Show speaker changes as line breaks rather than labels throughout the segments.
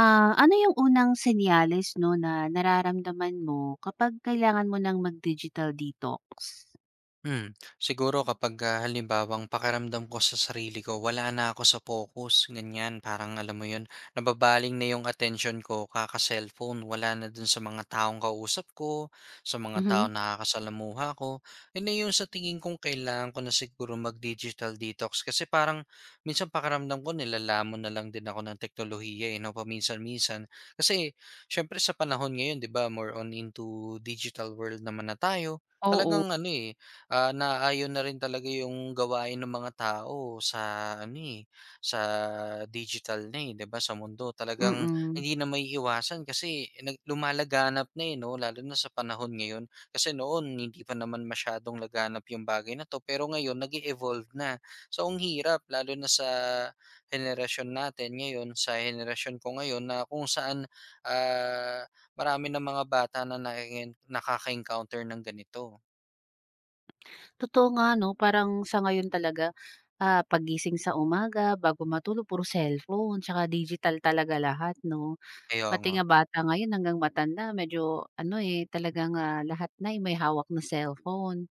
Ah, ano yung unang senyales 'no, na nararamdaman mo kapag kailangan mo ng mag-digital detox?
Siguro kapag, halimbawang pakiramdam ko sa sarili ko wala na ako sa focus, ganyan. Parang alam mo yun, nababaling na yung attention ko kaka-cellphone, wala na dun sa mga taong kausap ko, sa mga
Mhm.
taong nakakasalamuha ko. Yun na yung sa tingin kong kailangan ko na siguro mag-digital detox, kasi parang minsan pakiramdam ko nilalamon na lang din ako ng teknolohiya, eh, 'no, paminsan-minsan. Kasi siyempre sa panahon ngayon, 'di ba, more on into digital world naman na tayo.
Oo,
Talagang ano, eh, naaayon na rin talaga yung gawain ng mga tao sa ano, eh, sa digital na, eh, 'di ba, sa mundo. Talagang
mm.
hindi na maiiwasan kasi lumalaganap na, eh, 'no, lalo na sa panahon ngayon. Kasi noon hindi pa naman masyadong laganap yung bagay na 'to, pero ngayon nag evolve na. So, ang hirap lalo na sa henerasyon natin ngayon, sa henerasyon ko ngayon na kung saan, ah, marami ng mga bata na nakaka-encounter ng ganito.
Totoo nga 'no, parang sa ngayon talaga, ah, pagising sa umaga, bago matulog puro cellphone tsaka digital talaga lahat 'no.
Kaya
Pati
nga.
nga bata ngayon hanggang matanda medyo ano, eh, talagang, ah, lahat na, eh, may hawak na cellphone.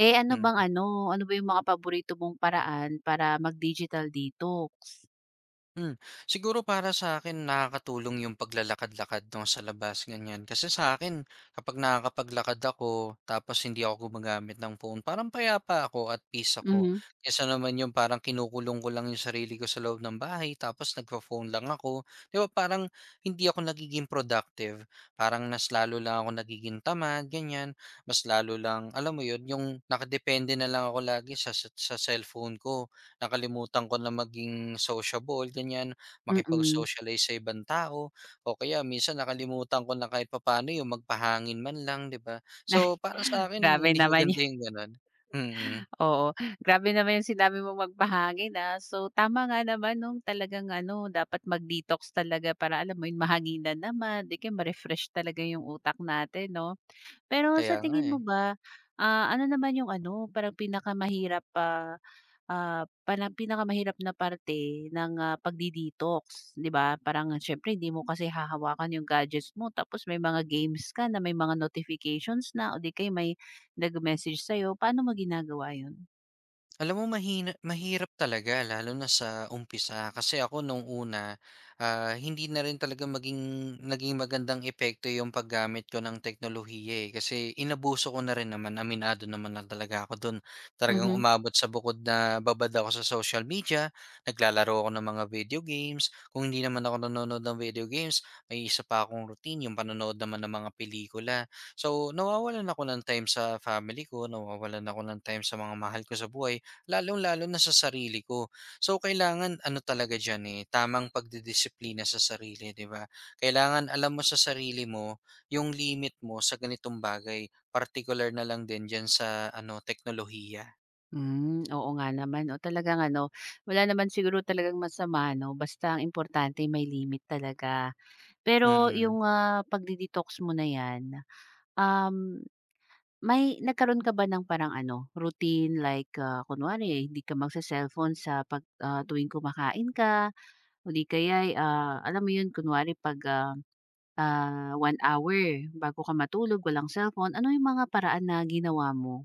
Eh, ano bang
Mm.
ano, ano ba yung mga paborito mong paraan para mag-digital detox?
Hmm, Siguro para sa akin nakakatulong yung paglalakad-lakad 'no, sa labas ganyan. Kasi sa akin kapag nakakapaglakad ako tapos hindi ako gumagamit ng phone, parang payapa ako, at peace ako.
Mhm,
Kaysa naman yung parang kinukulong ko lang yung sarili ko sa loob ng bahay tapos nagpo-phone lang ako, 'di ba parang hindi ako nagiging productive. Parang mas lalo lang ako nagiging tamad ganyan, mas lalo lang alam mo yun, yung nakadepende na lang ako lagi sa sa cellphone ko. Nakalimutan ko na maging sociable ganyan,
mm.
makipag-socialize sa ibang tao o kaya minsan nakalimutan ko na kahit papaano yung magpahangin man lang, 'di ba?
Ay,
So, para sa akin
grabe
hindi
naman yu
maganda yung gano'n. Mm,
oo, grabe naman yung sinabi mo magpahangin, ah. So, tama nga naman nung talagang ano, dapat mag-detox talaga para alam mo yun, mahanginan naman, 'di kaya ma-refresh talaga yung utak natin 'no. Pero sa
Kaya nga,
tingin mo
eh.
ba, ah, ano naman yung ano, parang pinakamahirap, Ah, parang pinakamahirap na parte ng, ah, pagde-detox, 'di ba? Parang siyempre hindi mo kasi hahawakan yung gadgets mo tapos may mga games ka na may mga notifications na o di kaya may nag-message sa'yo. Paano mo ginagawa yun?
Alam mo mahirap talaga lalo na sa umpisa, kasi ako nung una, hindi na rin talaga naging magandang epekto yung paggamit ko ng teknolohiya, eh, kasi inabuso ko na rin naman, aminado naman na talaga ako dun. Talagang
Mhm.
umabot sa bukod na babad ako sa social media, naglalaro ako ng mga video games, kung hindi naman ako nanonood ng video games, may isa pa akong routine, yung panonood naman ng mga pelikula. So, nawawalan ako ng time sa family ko, nawawalan ako ng time sa mga mahal ko sa buhay. Lalong-lalo na sa sarili ko. So, kailangan ano talaga diyan, eh, tamang pagdidisiplina sa sarili, 'di ba? Kailangan alam mo sa sarili mo yung limit mo sa ganitong bagay, particular na lang din diyan sa ano, teknolohiya.
Hmm, oo nga naman o talagang ano, wala naman siguro talagang masama 'no, basta ang importante may limit talaga.
Mm.
Pero
Mm.
yung, ah, pagde-detox mo na 'yan, um may nagkaroon ka ba ng parang ano, routine like, ah, kunwari hindi ka magsa cellphone sa 'pag, ah, tuwing kumakain ka o di kaya'y, ah, alam mo yun kunwari 'pag, ah, 1 hour bago ka matulog walang cellphone. Ano yung mga paraan na ginawa mo?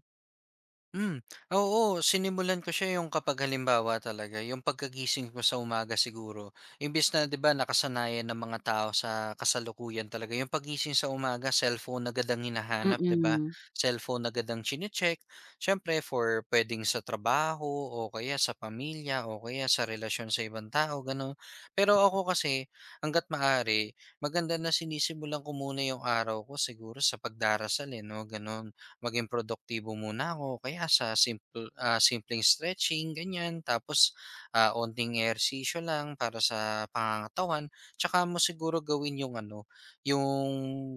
Hmm, Oo, sinimulan ko siya yung kapag halimbawa talaga yung pagkagising ko sa umaga siguro, imbes na, 'di ba, nakasanayan ng mga tao sa kasalukuyan talaga yung paggising sa umaga cellphone agad ang hinahanap, 'di ba?
Mm.
Cellphone agad ang chine-check, siyempre for puwedeng sa trabaho o kaya sa pamilya o kaya sa relasyon sa ibang tao gano'n. Pero ako kasi hangga't maaari maganda na sinisimulan ko muna yung araw ko siguro sa pagdarasal, eh, 'no, gano'n. Maging produktibo muna ako, kaya sa simple, simpleng stretching ganyan tapos, onting ehersisyo lang para sa pangangatawan tsaka mo siguro gawin yung ano, yung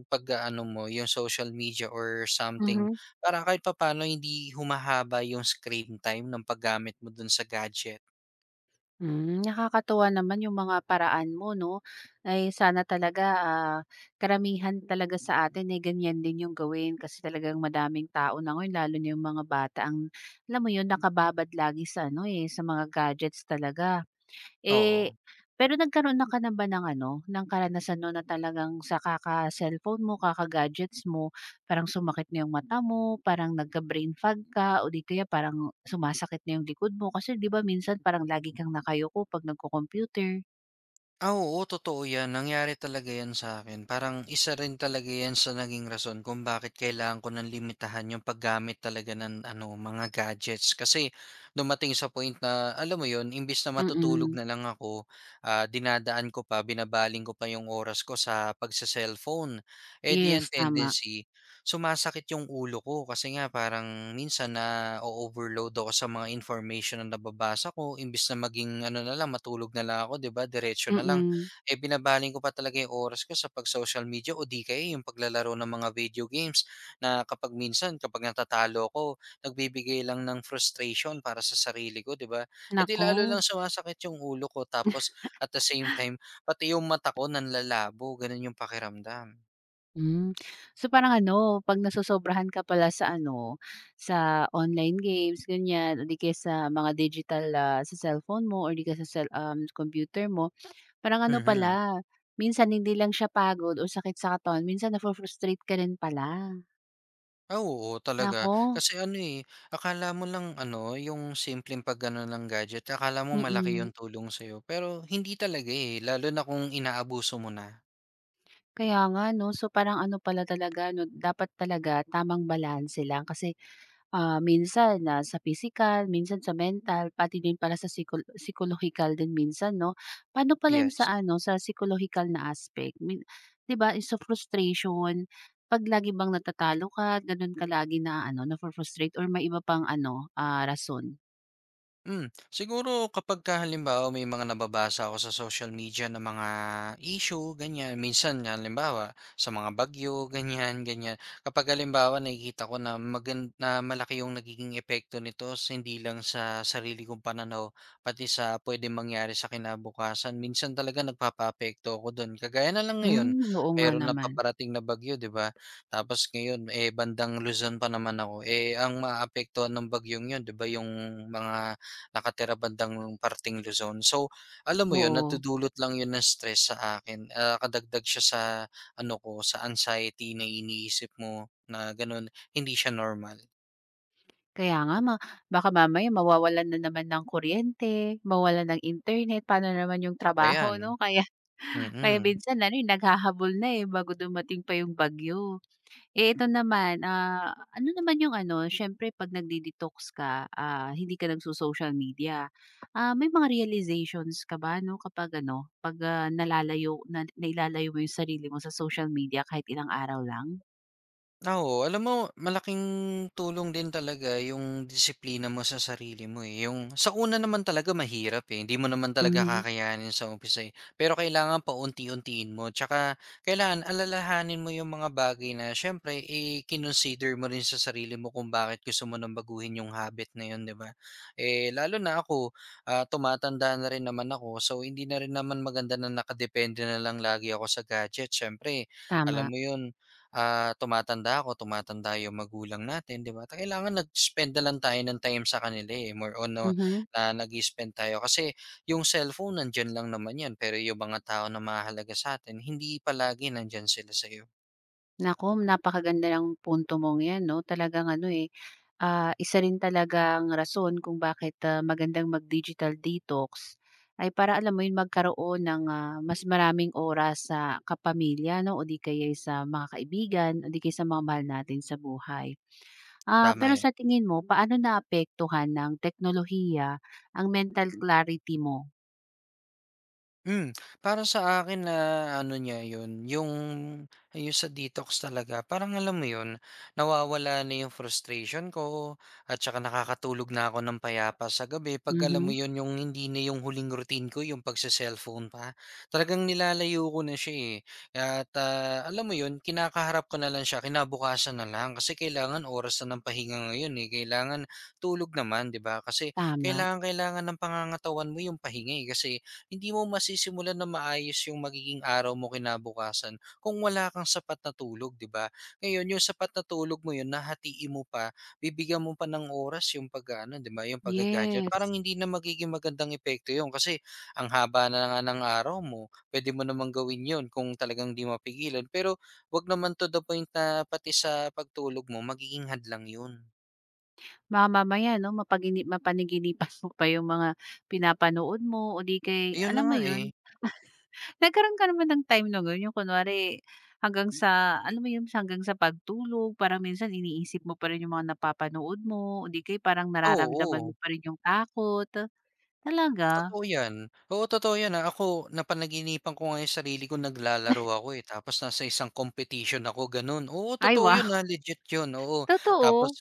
pag ano mo yung social media or something,
Mhm.
para kahit papaano hindi humahaba yung screen time ng paggamit mo dun sa gadget.
Hmm, nakakatuwa naman yung mga paraan mo 'no, ay sana talaga, ah, karamihan talaga sa atin, eh, ganyan din yung gawin kasi talagang madaming tao na ngayon lalo na yung mga bata ang alam mo yun nakababad lagi sa ano, eh, sa mga gadgets talaga. Eh,
Oo.
pero nagkaroon na ka na ba ng ano, ng karanasan nun na talagang sa kaka-cellphone mo, kaka-gadgets mo, parang sumakit na yung mata mo, parang nagka-brain fog ka o di kaya parang sumasakit na yung likod mo? Kasi di ba minsan parang lagi kang nakayuko 'pag nagko-computer?
Oo, totoo 'yan, nangyari talaga 'yan sa akin. Parang isa rin talaga 'yan sa naging rason kung bakit kailangan ko ng limitahan yung paggamit talaga ng ano, mga gadgets. Kasi dumating sa point na alam mo 'yun, imbes na matutulog
Mm.
na lang ako, dinadaan ko pa, binabaling ko pa yung oras ko sa pagse-cellphone. Eh, di ang
Yes, tama.
tendency. Sumasakit yung ulo ko kasi nga parang minsan na-o-overload ako sa mga information na nababasa ko, imbis na maging ano na lang, matulog na lang ako, 'di ba, diretso na lang.
Mm.
Eh, binabaling ko pa talaga yung oras ko sa pag-social media o 'di kaya yung paglalaro ng mga video games na kapag minsan kapag natatalo ako, nagbibigay lang ng frustration para sa sarili ko, 'di ba? Eh, 'di
Nako.
lalo lang sumasakit yung ulo ko tapos at the same time, pati yung mata ko nanlalabo, gano'n yung pakiramdam.
Hmm. So parang ano, 'pag nasosobrahan ka pala sa ano, sa online games ganyan o di kaya sa mga digital, ah, sa cellphone mo or di kaya sa computer mo, parang ano
Mhm.
pala, minsan hindi lang siya pagod o sakit sa katawan minsan na frustrate ka rin pala.
Oo talaga.
Naku,
Kasi ano, eh, akala mo lang ano, yung simpleng pag-ano ng gadget akala mo malaki
mm.
yung tulong sa'yo, pero hindi talaga, eh, lalo na kung inaabuso mo na.
Kaya nga 'no. So, parang ano pala talaga 'no, dapat talaga tamang balanse lang kasi, ah, minsan na sa physical minsan sa mental, pati din pala sa psychological din minsan 'no. Paano pala yung sa
Yes.
ano, sa psychological na aspect? 'Di ba yung sa frustration, 'pag lagi bang natatalo ka, gano'n ka lagi na ano nafu-frustrate or may iba pang ano, ah, rason?
Siguro kapagka halimbawa may mga nababasa ako sa social media na mga issue, ganyan. Minsan nga halimbawa sa mga bagyo, ganyan, ganyan. Kapag halimbawa nakikita ko na, magan na malaki yung nagiging epekto nito hindi lang sa sarili kong pananaw, pati sa pwede mangyari sa kinabukasan. Minsan talaga nagpapaapekto ako doon. Kagaya na lang ngayon,
Hmm, oo nga
mayroon na
naman.
paparating na bagyo, 'di ba? Tapos ngayon eh bandang Luzon pa naman ako. Eh ang maapektuhan ng bagyong 'yon, 'di ba, yung mga nakatira bandang parteng Luzon. So, alam mo 'yun,
Oo.
natudulot lang 'yun ng stress sa akin, kadagdag siya sa ano ko, sa anxiety na iniisip mo na gano'n, hindi siya normal.
Kaya nga baka mamaya mawawalan na naman ng kuryente, mawalan ng internet, paano naman yung
Isa pa
trabaho
'yan.
'no? Kaya kaya
Mm.
minsan ano, eh, naghahabol na, eh, bago dumating pa yung bagyo. Eh, ito naman, ah, ano naman yung ano, siyempre 'pag nagde-detox ka, ah, hindi ka nagso-social media. Ah, may mga realizations ka ba 'no kapag ano, 'pag, ah, nalalayo na nailalayo mo yung sarili mo sa social media kahit ilang araw lang?
Oo, alam mo malaking tulong din talaga yung disiplina mo sa sarili mo, eh. Yung sa una naman talaga mahirap, eh, hindi mo naman talaga
Mhm,
kakayanin sa umpisa, eh. Pero kailangan paunti-untiin mo tsaka kailangan alalahanin mo yung mga bagay na siyempre, eh, kinonsider mo rin sa sarili mo kung bakit gusto mo ng baguhin yung habit na yun, 'di ba? Eh, lalo na ako, tumatanda na rin naman ako, so hindi na rin naman maganda na nakadepende na lang lagi ako sa gadget. Siyempre, alam
tama.
mo yun. Tumatanda ako, tumatanda yung magulang natin, 'di ba? Ta kailangan nag-spend na lang tayo ng time sa kanila, eh, more on na
Mhm.
na nag spend tayo, kasi yung cellphone nandiyan lang naman 'yan, pero yung mga tao na mahalaga sa atin hindi palagi nandiyan sila sa'yo.
Naku, napakaganda ng punto mong 'yan 'no. Talagang ano, eh, isa rin talagang rason kung bakit, ah, magandang mag-digital detox ay para alam mo 'yun, magkaroon ng, ah, mas maraming oras sa kapamilya 'no o di kaya'y sa mga kaibigan o di kaya sa mga mahal natin sa buhay. Ah,
Tama
pero
'yan.
sa tingin mo, paano naapektuhan ng teknolohiya ang mental clarity mo?
Para sa akin na ano niya yun, yung sa detox talaga parang alam mo yun, nawawala na yung frustration ko at saka nakakatulog na ako ng payapa sa gabi 'pag alam mo
Mhm,
yun, yung hindi na yung huling routine ko yung pagse-cellphone pa. Talagang nilalayo ko na siya, eh, at, alam mo yun, kinakaharap ko na lang siya kinabukasan na lang kasi kailangan oras na ng pahinga ngayon, eh, kailangan tulog naman, 'di ba? Kasi
tama.
kailangang-kailangan ng pangangatawan mo yung pahinga, eh, kasi hindi mo masisimulan na maayos yung magiging araw mo kinabukasan kung wala kang sapat na tulog, 'di ba? Ngayon, yung sapat na tulog mo yun, hahatiin mo pa, bibigyan mo pa ng oras yung pag-aano, 'di ba, yung pagga-gadget.
Yes.
Parang hindi na magiging magandang epekto yun, kasi ang haba na nga ng araw mo. Pwede mo namang gawin yun kung talagang 'di mapigilan. Pero 'wag naman to the point na pati sa pagtulog mo magiging hadlang yun.
Baka mamaya 'no, mapanaginipan mo pa yung mga pinapanood mo o di kay
Ayun na
alam mo
nga, eh.
yun, nagkaroon ka naman ng time na ganun, yung kunwari hanggang sa alam mo yun, hanggang sa pagtulog parang minsan iniisip mo pa rin yung mga napapanood mo o di kaya parang
Oo.
nararamdaman mo
Oo.
pa rin yung takot, talaga?
Totoo 'yan. Oo, totoo 'yan. Ako napanaginipan ko nga 'yung sarili ko naglalaro ako, eh, tapos nasa isang competition ako gano'n. Oo,
Ay
totoo
wow,
'yun, legit 'yun, oo. Tapos
totoo.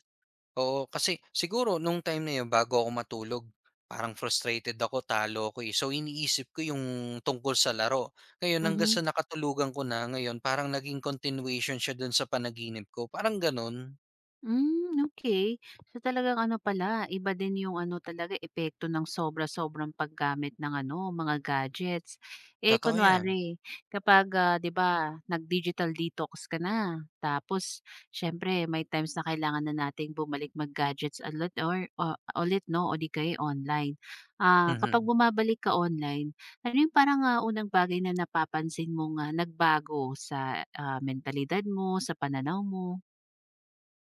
oo, kasi siguro nung time na 'yun bago ako matulog parang frustrated ako, talo ako, eh. So iniisip ko 'yung tungkol sa laro. Ngayon hanggang
Mhm.
sa nakatulugan ko na ngayon parang naging continuation siya dun sa panaginip ko, parang gano'n.
Hmm, okay. So, talagang ano pala, iba din yung ano talaga epekto ng sobra-sobrang paggamit ng ano, mga gadgets. Eh,
Totoo 'yan.
kunwari kapag, ah, 'di ba, nag-digital detox ka na, tapos siyempre may times na kailangan na nating bumalik mag-gadgets ulit o ulit 'no, o 'di kaya online. Ah, kapag
Mhm.
bumabalik ka online, ano yung parang, ah, unang bagay na napapansin mong, ah, nagbago sa, ah, mentalidad mo, sa pananaw mo?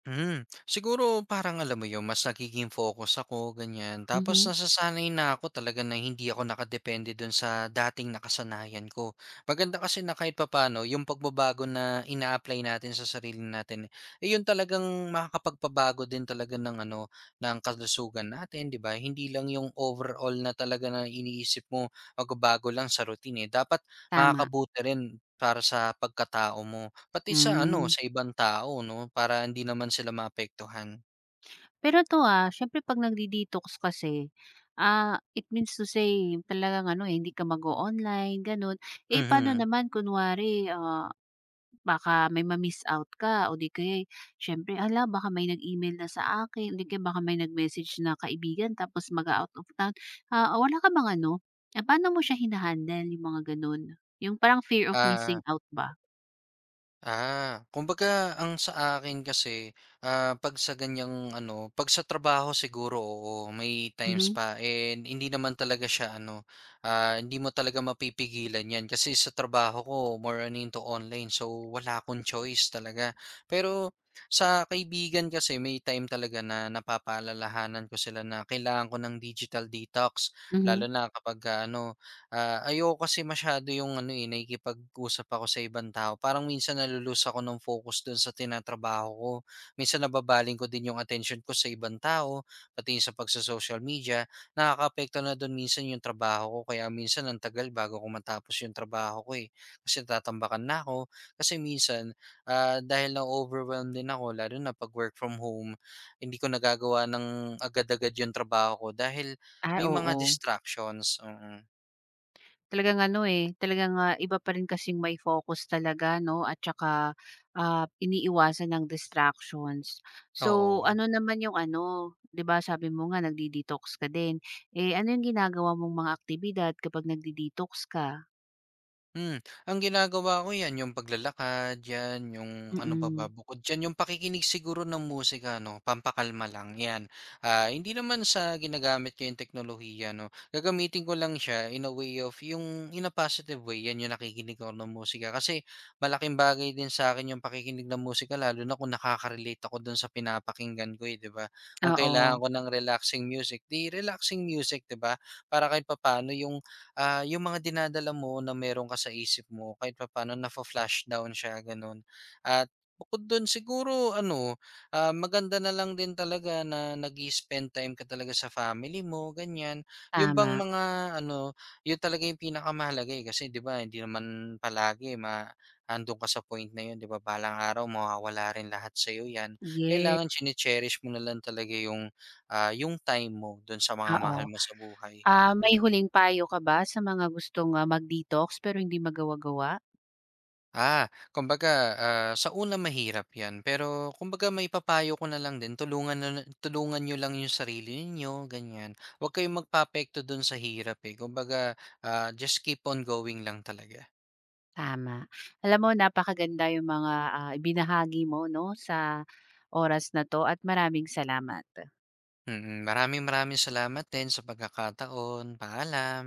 Siguro parang alam mo 'yun, mas nagiging focus ako ganiyan. Tapos
Mhm,
nasasanay na ako talaga na hindi ako nakadepende dun sa dating nakasanayan ko. Maganda kasi na kahit papaano yung pagbabago na ina-apply natin sa sarili natin, eh, yun talagang makakapagpabago din talaga ng ano, ng kalusugan natin, 'di ba? Hindi lang yung overall na talaga na iniisip mo, magbabago lang sa routine, eh. Dapat
tama.
makakabuti rin para sa pagkatao mo. Pati sa ano,
Hmm,
sa ibang tao 'no, para hindi naman sila maapektuhan.
pero ito, ah, siyempre 'pag nagde-detox kasi, ah, it means to say talagang ano, eh, hindi ka mag-o-online gano'n. Eh, paano
Mhm,
naman kunwari, ah, baka may ma-miss out ka o di kaya'y siyempre, "Hala, baka may nag-email na sa akin o di kaya baka may nag-message na kaibigan tapos mag out of town." Ah, wala ka bang ano, ah, paano mo siya hina-handle yung mga gano'n? Yung parang fear of
ah
missing out ba?
Kumbaga ang sa akin kasi, 'pag sa ganiyang ano, 'pag sa trabaho siguro oo, may times
Mhm,
pa and hindi naman talaga siya ano, hindi mo talaga mapipigilan 'yan, kasi sa trabaho ko more on into online, so wala akong choice talaga. Pero sa kaibigan kasi may time talaga na napapaalalahanan ko sila na kailangan ko ng digital detox
mhm.
lalo na kapagka ano. Ayoko kasi masyado yung ano, eh, nakikipag-usap ako sa ibang tao. Parang minsan nalo-lose ako ng focus dun sa tinatrabaho ko. Minsan nababaling ko din yung attention ko sa ibang tao, pati yung sa pagsa-social media. Nakakaapekto na dun minsan yung trabaho ko. Kaya minsan ang tagal bago ko matapos yung trabaho ko eh. Kasi tatambakan na ako. Kasi minsan, dahil na-overwhelmed din ako, lalo na pag work from home, hindi ko nagagawa ng agad-agad yung trabaho ko dahil
Ay,
may mga
oo.
distractions. Mm.
Talagang ano, eh, talagang, ah, iba pa rin kasing may focus talaga 'no at tsaka, ah, iniiwasan ng distractions. So,
Oo.
ano naman yung ano, 'di ba sabi mo nga nagde-detox ka din, eh, ano yung ginagawa mong mga aktibidad kapag nagde-detox ka?
Hmm, ang ginagawa ko 'yan, yung paglalakad 'yan, yung ano pa ba,
Mm,
bukod diyan yung pakikinig siguro ng musika 'no, pampakalma lang 'yan. Hindi naman sa ginagamit ko yung teknolohiya 'no, gagamitin ko lang siya in a way of yung in a positive way, 'yan yung nakikinig ako ng musika. Kasi malaking bagay din sa akin yung pakikinig ng musika lalo na kung nakaka-relate ako dun sa pinapakinggan ko, eh, 'di ba? Kung kailangan
oo,
ko ng relaxing music, 'di ba? Para kahit papaano yung yung mga dinadala mo na meron ka sa isip mo kahit pa paano nafo-flash down siya gano'n. At bukod dun siguro ano, maganda na lang din talaga na nag spend time ka talaga sa family mo ganyan. Yung bang
tama.
mga ano, yun talaga yung pinakamahalaga, eh, kasi 'di ba hindi naman palagi andun ka sa point na yun, 'di ba balang araw mawawala rin lahat sa'yo 'yan.
Yes,
Kailangan chine-cherish mo na lang talaga yung, yung time mo dun sa mga
oo.
mahal mo sa buhay.
Ah, may huling payo ka ba sa mga gustong, ah, mag-detox pero hindi magawa-gawa?
Kumbaga, sa una mahirap 'yan, pero kumbaga may papayo ko na lang din, tulungan na na tulungan niyo lang 'yung sarili ninyo, ganiyan. Huwag kayong magpaapekto do'n sa hirap, eh, kumbaga, just keep on going lang talaga.
Tama. Alam mo napakaganda yung mga, ah, ibinahagi mo 'no, sa oras na 'to at maraming salamat.
Mm, mm. Maraming maraming salamat din sa pagkakataon. Paalam.